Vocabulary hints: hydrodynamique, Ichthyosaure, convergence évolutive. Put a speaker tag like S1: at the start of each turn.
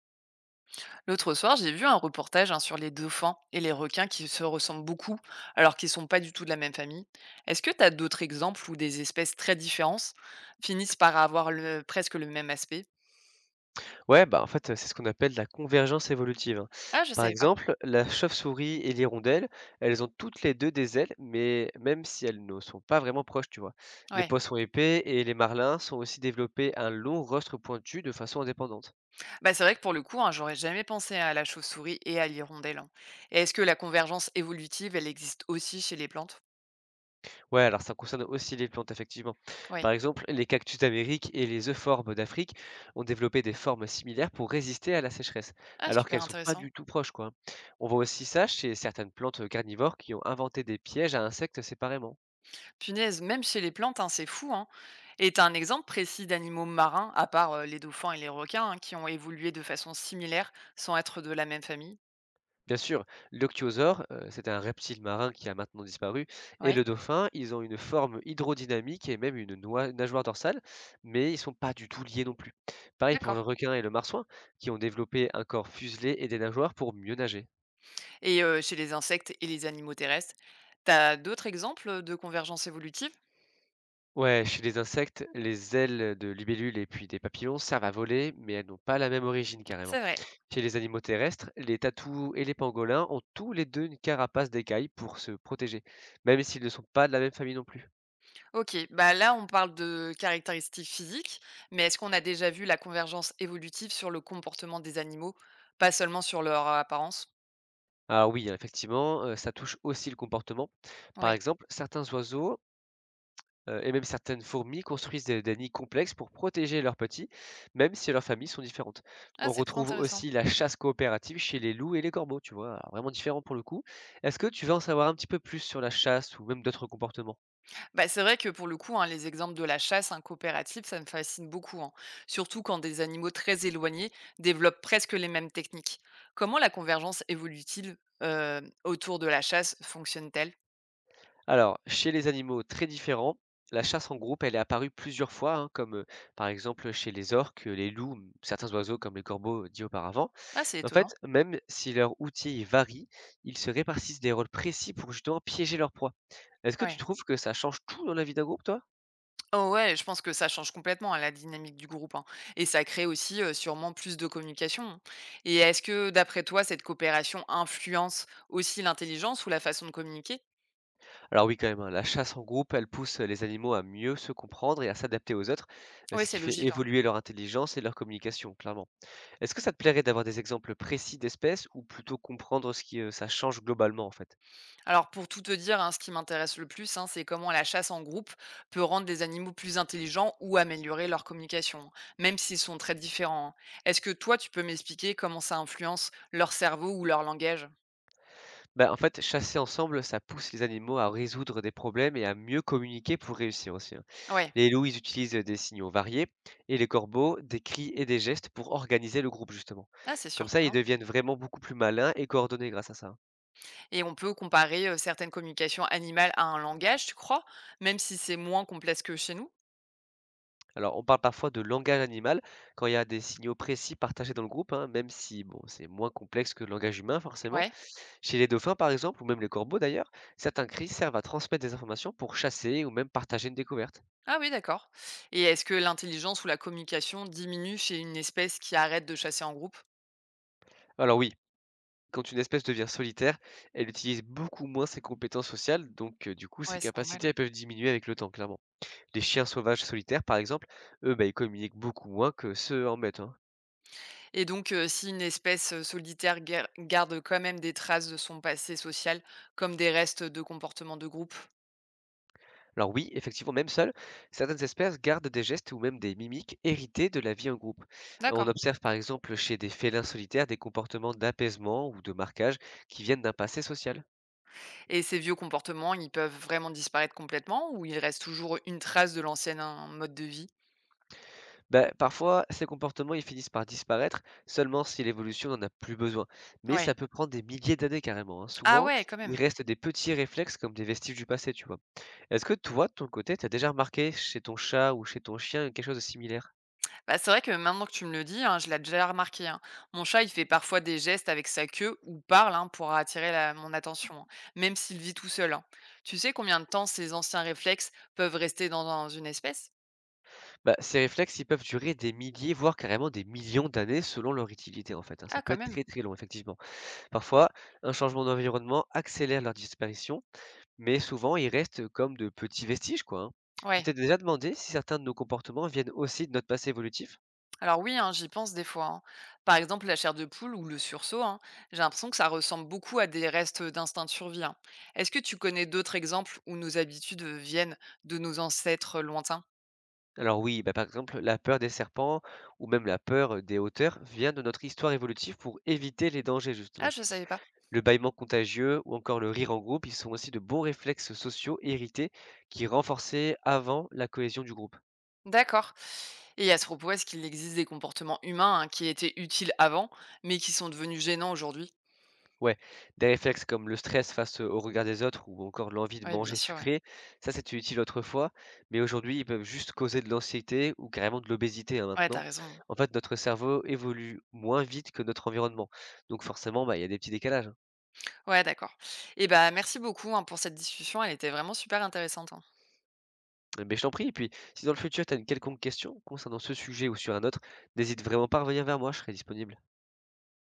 S1: L'autre soir, j'ai vu un reportage hein, sur les dauphins et les requins qui se ressemblent beaucoup, alors qu'ils sont pas du tout de la même famille. Est-ce que tu as d'autres exemples où des espèces très différentes finissent par avoir presque le même aspect?
S2: Ouais, bah, en fait, c'est ce qu'on appelle la convergence évolutive, hein.
S1: Ah, je
S2: Par
S1: savais pas.
S2: exemple, la chauve-souris et l'hirondelle, elles ont toutes les 2 des ailes, mais même si elles ne sont pas vraiment proches, tu vois? Les
S1: Ouais.
S2: poissons épais et les marlins sont aussi développés un long rostre pointu de façon indépendante.
S1: Bah, c'est vrai que pour le coup, hein, j'aurais jamais pensé à la chauve-souris et à l'hirondelle, hein. Et est-ce que la convergence évolutive, elle existe aussi chez les plantes?
S2: Ouais, alors ça concerne aussi les plantes, effectivement.
S1: Oui.
S2: Par exemple, les cactus d'Amérique et les euphorbes d'Afrique ont développé des formes similaires pour résister à la sécheresse,
S1: Ah,
S2: alors
S1: super
S2: qu'elles sont pas
S1: intéressant.
S2: du tout proches, quoi. On voit aussi ça chez certaines plantes, carnivores qui ont inventé des pièges à insectes séparément.
S1: Punaise, même chez les plantes, hein, c'est fou, hein. Et tu un exemple précis d'animaux marins, à part les dauphins et les requins, hein, qui ont évolué de façon similaire sans être de la même famille?
S2: Bien sûr, l'Ichthyosaure, c'était un reptile marin qui a maintenant disparu et
S1: Oui,
S2: le dauphin, ils ont une forme hydrodynamique et même une noi nageoire dorsale, mais ils sont pas du tout liés non plus. Pareil pour
S1: d'accord.
S2: le requin et le marsouin, qui ont développé un corps fuselé et des nageoires pour mieux nager.
S1: Et chez les insectes et les animaux terrestres, t'as d'autres exemples de convergence évolutive?
S2: Ouais, chez les insectes, les ailes de libellule et puis des papillons servent à voler, mais elles n'ont pas la même origine carrément.
S1: C'est vrai.
S2: Chez les animaux terrestres, les tatous et les pangolins ont tous les 2 une carapace d'écailles pour se protéger, même s'ils ne sont pas de la même famille non plus.
S1: Ok, bah là on parle de caractéristiques physiques, mais est-ce qu'on a déjà vu la convergence évolutive sur le comportement des animaux, pas seulement sur leur apparence?
S2: Alors oui, hein, effectivement, ça touche aussi le comportement. Par
S1: Oui.
S2: exemple, certains oiseaux, et même certaines fourmis construisent des nids complexes pour protéger leurs petits, même si leurs familles sont différentes.
S1: Ah,
S2: On
S1: c'est trop
S2: retrouve
S1: intéressant.
S2: aussi la chasse coopérative chez les loups et les corbeaux, tu vois? Alors vraiment différent pour le coup. Est-ce que tu veux en savoir un petit peu plus sur la chasse ou même d'autres comportements?
S1: Bah, c'est vrai que pour le coup, hein, les exemples de la chasse, hein, coopérative, ça me fascine beaucoup, hein, surtout quand des animaux très éloignés développent presque les mêmes techniques. Comment la convergence évolue-t-il autour de la chasse fonctionne-t-elle?
S2: Alors, chez les animaux très différents, la chasse en groupe, elle est apparue plusieurs fois, hein, comme par exemple chez les orques, les loups, certains oiseaux comme les corbeaux dit auparavant.
S1: Ah, c'est
S2: En
S1: étonnant.
S2: fait, même si leurs outils varient, ils se répartissent des rôles précis pour justement piéger leur proie. Est-ce que tu
S1: Ouais.
S2: trouves que ça change tout dans la vie d'un groupe, toi?
S1: Oh ouais, je pense que ça change complètement hein, la dynamique du groupe, hein. Et ça crée aussi sûrement plus de communication, hein. Et est-ce que, d'après toi, cette coopération influence aussi l'intelligence ou la façon de communiquer?
S2: Alors oui, quand même, hein, la chasse en groupe, elle pousse les animaux à mieux se comprendre et à s'adapter aux autres,
S1: Oui,
S2: ce qui
S1: c'est
S2: fait
S1: logique, hein.
S2: évoluer leur intelligence et leur communication, clairement. Est-ce que ça te plairait d'avoir des exemples précis d'espèces ou plutôt comprendre ce qui, ça change globalement, en fait?
S1: Alors pour tout te dire, hein, ce qui m'intéresse le plus, hein, c'est comment la chasse en groupe peut rendre les animaux plus intelligents ou améliorer leur communication, même s'ils sont très différents, hein. Est-ce que toi, tu peux m'expliquer comment ça influence leur cerveau ou leur langage?
S2: Bah, en fait, chasser ensemble, ça pousse les animaux à résoudre des problèmes et à mieux communiquer pour réussir aussi, hein.
S1: Ouais,
S2: Les loups, ils utilisent, des signaux variés et les corbeaux, des cris et des gestes pour organiser le groupe, justement.
S1: ah, c'est
S2: Comme ça, ils
S1: surprenant.
S2: deviennent vraiment beaucoup plus malins et coordonnés grâce à ça, hein.
S1: Et on peut comparer certaines communications animales à un langage, tu crois, même si c'est moins complexe que chez nous?
S2: Alors, on parle parfois de langage animal quand il y a des signaux précis partagés dans le groupe, hein, même si, bon, c'est moins complexe que le langage humain, forcément.
S1: Ouais.
S2: Chez les dauphins, par exemple, ou même les corbeaux d'ailleurs, certains cris servent à transmettre des informations pour chasser ou même partager une découverte.
S1: Ah oui, d'accord. Et est-ce que l'intelligence ou la communication diminue chez une espèce qui arrête de chasser en groupe?
S2: Alors oui, quand une espèce devient solitaire, elle utilise beaucoup moins ses compétences sociales, donc du coup ses
S1: Ouais, c'est
S2: capacités
S1: normal.
S2: elles peuvent diminuer avec le temps, clairement. Les chiens sauvages solitaires, par exemple, eux, bah, ils communiquent beaucoup moins que ceux en meute. Hein.
S1: Et donc, si une espèce solitaire guer garde quand même des traces de son passé social, comme des restes de comportements de groupe.
S2: Alors oui, effectivement, même seuls, certaines espèces gardent des gestes ou même des mimiques héritées de la vie en groupe. On
S1: D'accord.
S2: observe par exemple chez des félins solitaires des comportements d'apaisement ou de marquage qui viennent d'un passé social.
S1: Et ces vieux comportements, ils peuvent vraiment disparaître complètement ou il reste toujours une trace de l'ancien in mode de vie?
S2: Bah, parfois, ces comportements, ils finissent par disparaître seulement si l'évolution n'en a plus besoin. Mais
S1: Ouais.
S2: ça peut prendre des milliers d'années carrément, hein.
S1: Ah
S2: Souvent,
S1: ouais, quand
S2: il
S1: même.
S2: reste des petits réflexes comme des vestiges du passé, tu vois. Est-ce que toi, de ton côté, t'as déjà remarqué chez ton chat ou chez ton chien quelque chose de similaire?
S1: Bah, c'est vrai que maintenant que tu me le dis, hein, je l'ai déjà remarqué, hein. Mon chat, il fait parfois des gestes avec sa queue ou parle, hein, pour attirer la mon attention, hein, même s'il vit tout seul, hein. Tu sais combien de temps ces anciens réflexes peuvent rester dans un une espèce?
S2: Bah, ces réflexes, ils peuvent durer des milliers, voire carrément des millions d'années selon leur utilité, en fait, hein. Ça
S1: Ah
S2: peut
S1: quand
S2: être
S1: même,
S2: très très long, effectivement. Parfois, un changement d'environnement accélère leur disparition. Mais souvent, ils restent comme de petits vestiges, quoi, hein. Tu
S1: ouais.
S2: t'es déjà demandé si certains de nos comportements viennent aussi de notre passé évolutif?
S1: Alors oui, hein, j'y pense des fois, hein. Par exemple, la chair de poule ou le sursaut, hein, j'ai l'impression que ça ressemble beaucoup à des restes d'instinct de survie, hein. Est-ce que tu connais d'autres exemples où nos habitudes viennent de nos ancêtres lointains?
S2: Alors oui, bah, par exemple, la peur des serpents ou même la peur des hauteurs vient de notre histoire évolutive pour éviter les dangers,
S1: Ah,
S2: justement.
S1: je ne savais pas.
S2: Le bâillement contagieux ou encore le rire en groupe, ils sont aussi de bons réflexes sociaux hérités qui renforçaient avant la cohésion du groupe.
S1: D'accord. Et à ce propos, est-ce qu'il existe des comportements humains hein, qui étaient utiles avant, mais qui sont devenus gênants aujourd'hui?
S2: Ouais, des réflexes comme le stress face, au regard des autres ou encore l'envie de
S1: Oui,
S2: manger
S1: bien sûr, ouais.
S2: sucré, ça c'était utile autrefois, mais aujourd'hui ils peuvent juste causer de l'anxiété ou carrément de l'obésité, hein,
S1: Ouais, t'as
S2: maintenant.
S1: raison, hein.
S2: En fait, notre cerveau évolue moins vite que notre environnement, donc forcément, bah, il y a des petits décalages, hein.
S1: Ouais, d'accord. Et bah merci beaucoup hein, pour cette discussion, elle était vraiment super intéressante, hein.
S2: Mais je t'en prie et puis si dans le futur tu as une quelconque question concernant ce sujet ou sur un autre, n'hésite vraiment pas à revenir vers moi, je serai disponible.